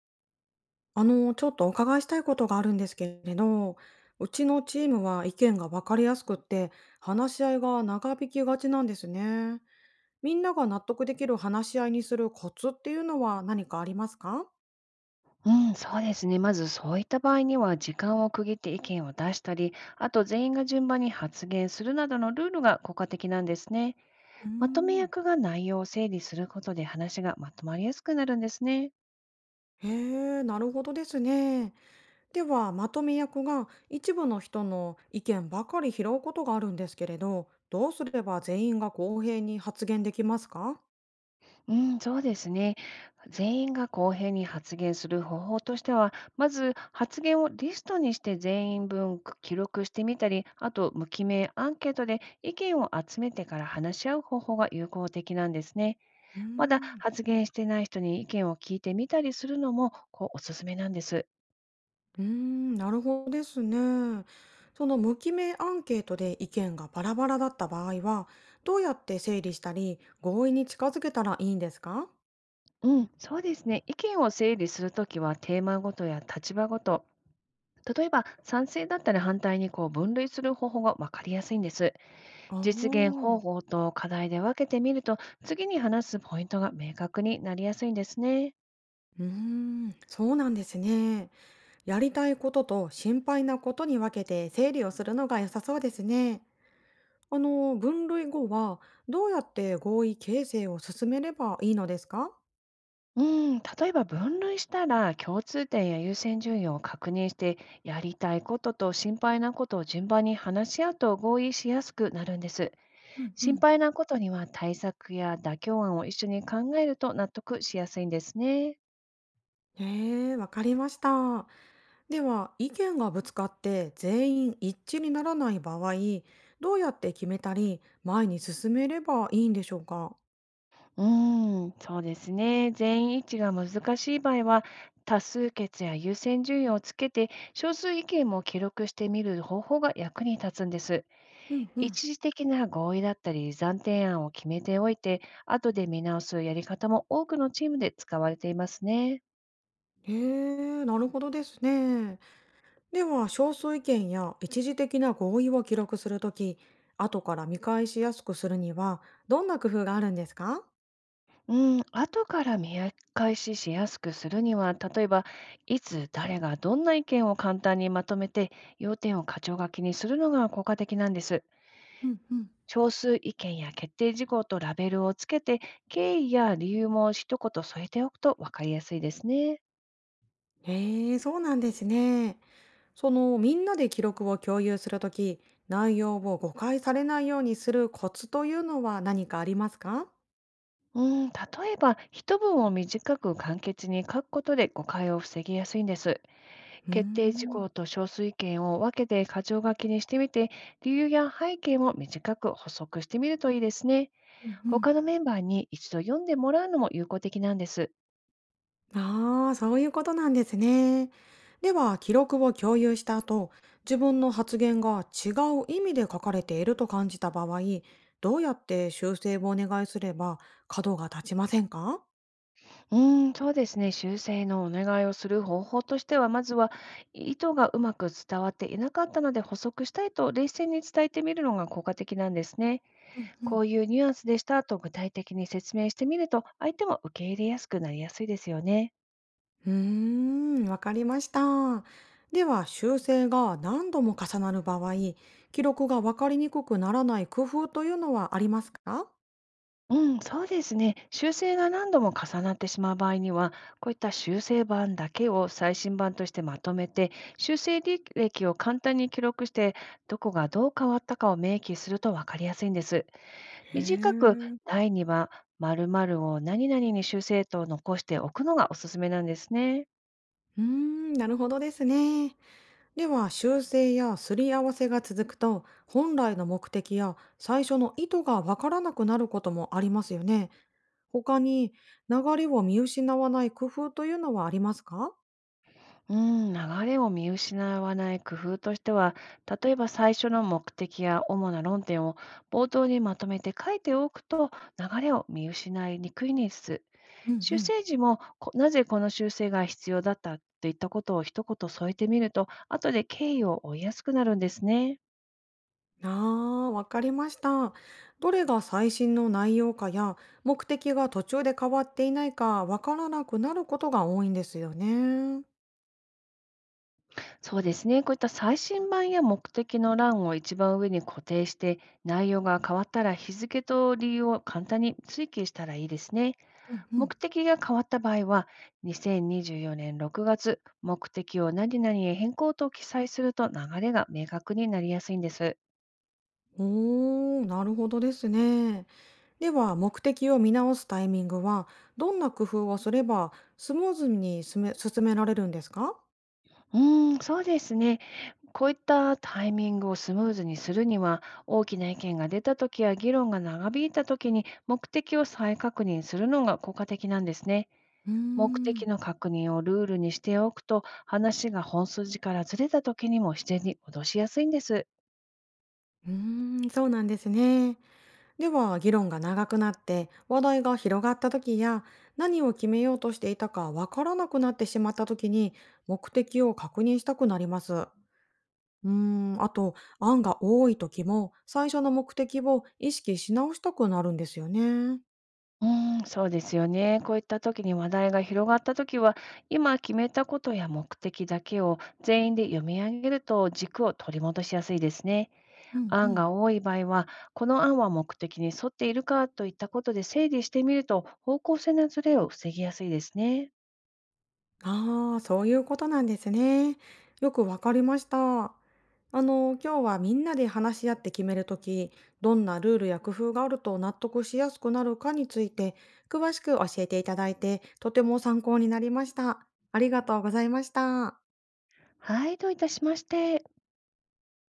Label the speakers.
Speaker 1: ちょっとお伺いしたいことがあるんですけれど、うちのチームは意見が分かりやすくって、話し合いが長引きがちなんですね。みんなが納得できる話し合いにするコツっていうのは何かありますか？
Speaker 2: うん、そうですね。まずそういった場合には、時間を区切って意見を出したり、あと全員が順番に発言するなどのルールが効果的なんですね。
Speaker 1: うー
Speaker 2: まとめ
Speaker 1: ん。
Speaker 2: 役が内容を整理することで話がまとまりやすくなるんですね。
Speaker 1: へえ、なるほどですね。では、まとめ役が一部の人の意見ばかり拾うことがあるんですけれど、どうすれば全員が公平に発言できますか？
Speaker 2: うん、そうですね。全員が公平に発言する方法としては、まず発言をリストにして全員分記録してみたり、あと無記名アンケートで意見を集めてから話し合う方法が有効的なんですね。
Speaker 1: うー
Speaker 2: まだ
Speaker 1: ん。
Speaker 2: 発言してない人に意見を聞いてみたりするのもこうおすすめなんです。
Speaker 1: うーん、なるほどですね。その無記名アンケートで意見がバラバラだった場合は、どうやって整理したり、合意に近づけたらいいんですか？
Speaker 2: うん、そうですね。意見を整理するときはテーマごとや立場ごと、例えば賛成だったら反対にこう分類する方法が分かりやすいんです。
Speaker 1: ああ
Speaker 2: 実現
Speaker 1: ー。
Speaker 2: 方法と課題で分けてみると、次に話すポイントが明確になりやすいんですね。
Speaker 1: うーん、そうなんですね。やりたいことと心配なことに分けて整理をするのが良さそうですね。分類後は、どうやって合意形成を進めればいいのですか？
Speaker 2: うん、例えば分類したら共通点や優先順位を確認してやりたいことと心配なことを順番に話し合うと合意しやすくなるんです。
Speaker 1: うんう
Speaker 2: 心
Speaker 1: ん。
Speaker 2: 配なことには対策や妥協案を一緒に考えると納得しやすいんですね。
Speaker 1: へえ、わかりました。では、意見がぶつかって全員一致にならない場合、どうやって決めたり、前に進めればいいんでしょうか？
Speaker 2: うーん、そうですね。全員一致が難しい場合は、多数決や優先順位をつけて、少数意見も記録してみる方法が役に立つんです。
Speaker 1: うんうん。
Speaker 2: 一時的な合意だったり、暫定案を決めておいて、後で見直すやり方も多くのチームで使われていますね。
Speaker 1: へえ、なるほどですね。では、少数意見や一時的な合意を記録するとき、後から見返しやすくするには、どんな工夫があるんですか？
Speaker 2: うん、後から見返ししやすくするには、例えば、いつ誰がどんな意見を簡単にまとめて、要点を課長が気にするのが効果的なんです。
Speaker 1: うんうん。
Speaker 2: 少数意見や決定事項とラベルをつけて、経緯や理由も一言添えておくと分かりやすいですね。
Speaker 1: へえ、そうなんですね。みんなで記録を共有するとき、内容を誤解されないようにするコツというのは何かありますか？
Speaker 2: うん、例えば、一文を短く簡潔に書くことで誤解を防ぎやすいんです。
Speaker 1: うー
Speaker 2: 決定事
Speaker 1: ん。
Speaker 2: 項と少数意見を分けて箇条書きにしてみて、理由や背景も短く補足してみるといいですね。
Speaker 1: うんうん。
Speaker 2: 他のメンバーに一度読んでもらうのも有効的なんです。
Speaker 1: ああ、そういうことなんですね。では、記録を共有した後、自分の発言が違う意味で書かれていると感じた場合、どうやって修正をお願いすれば角が立ちませんか？
Speaker 2: うーん、そうですね。修正のお願いをする方法としては、まずは意図がうまく伝わっていなかったので補足したいと冷静に伝えてみるのが効果的なんですね。
Speaker 1: うんう
Speaker 2: こ
Speaker 1: ん。
Speaker 2: ういうニュアンスでしたと具体的に説明してみると、相手も受け入れやすくなりやすいですよね。
Speaker 1: うーん、わかりました。では、修正が何度も重なる場合、記録がわかりにくくならない工夫というのはありますか？
Speaker 2: うん、そうですね。修正が何度も重なってしまう場合には、こういった修正版だけを最新版としてまとめて、修正履歴を簡単に記録して、どこがどう変わったかを明記すると分かりやすいんです。
Speaker 1: へ
Speaker 2: 短く
Speaker 1: え。
Speaker 2: 第2番、〇〇を何々に修正と残しておくのがおすすめなんですね。
Speaker 1: うーん、なるほどですね。では修正やすり合わせが続くと本来の目的や最初の意図がわからなくなることもありますよね。他に流れを見失わない工夫というのはありますか？
Speaker 2: うん、流れを見失わない工夫としては、例えば最初の目的や主な論点を冒頭にまとめて書いておくと、流れを見失いにくいんです。
Speaker 1: うんう
Speaker 2: 修
Speaker 1: ん。
Speaker 2: 正時も、なぜこの修正が必要だったといったことを一言添えてみると、後で経緯を追いやすくなるんですね。
Speaker 1: ああ、わかりました。どれが最新の内容かや目的が途中で変わっていないかわからなくなることが多いんですよね。
Speaker 2: そうですね、こういった最新版や目的の欄を一番上に固定して、内容が変わったら日付と理由を簡単に追記したらいいですね。
Speaker 1: うんうん。
Speaker 2: 目的が変わった場合は、2024年6月、目的を何々へ変更と記載すると流れが明確になりやすいんです。
Speaker 1: おー、なるほどですね。では、目的を見直すタイミングは、どんな工夫をすればスムーズに進められるんですか？
Speaker 2: うーん、そうですね。こういったタイミングをスムーズにするには、大きな意見が出たときや議論が長引いたときに目的を再確認するのが効果的なんですね。
Speaker 1: うー
Speaker 2: 目的
Speaker 1: ん。
Speaker 2: の確認をルールにしておくと、話が本筋からずれたときにも自然に戻しやすいんです。
Speaker 1: うーん、そうなんですね。では、議論が長くなって、話題が広がった時や、何を決めようとしていたかわからなくなってしまった時に、目的を確認したくなります。うーん、あと、案が多い時も、最初の目的を意識し直したくなるんですよね。
Speaker 2: うーん、そうですよね。こういった時に話題が広がった時は、今決めたことや目的だけを全員で読み上げると軸を取り戻しやすいですね。
Speaker 1: うんう
Speaker 2: 案
Speaker 1: ん。
Speaker 2: が多い場合は、この案は目的に沿っているかといったことで整理してみると、方向性のズレを防ぎやすいですね。
Speaker 1: ああ、そういうことなんですね。よくわかりました。今日はみんなで話し合って決めるとき、どんなルールや工夫があると納得しやすくなるかについて、詳しく教えていただいて、とても参考になりました。ありがとうございました。
Speaker 2: はい、どういたしまして。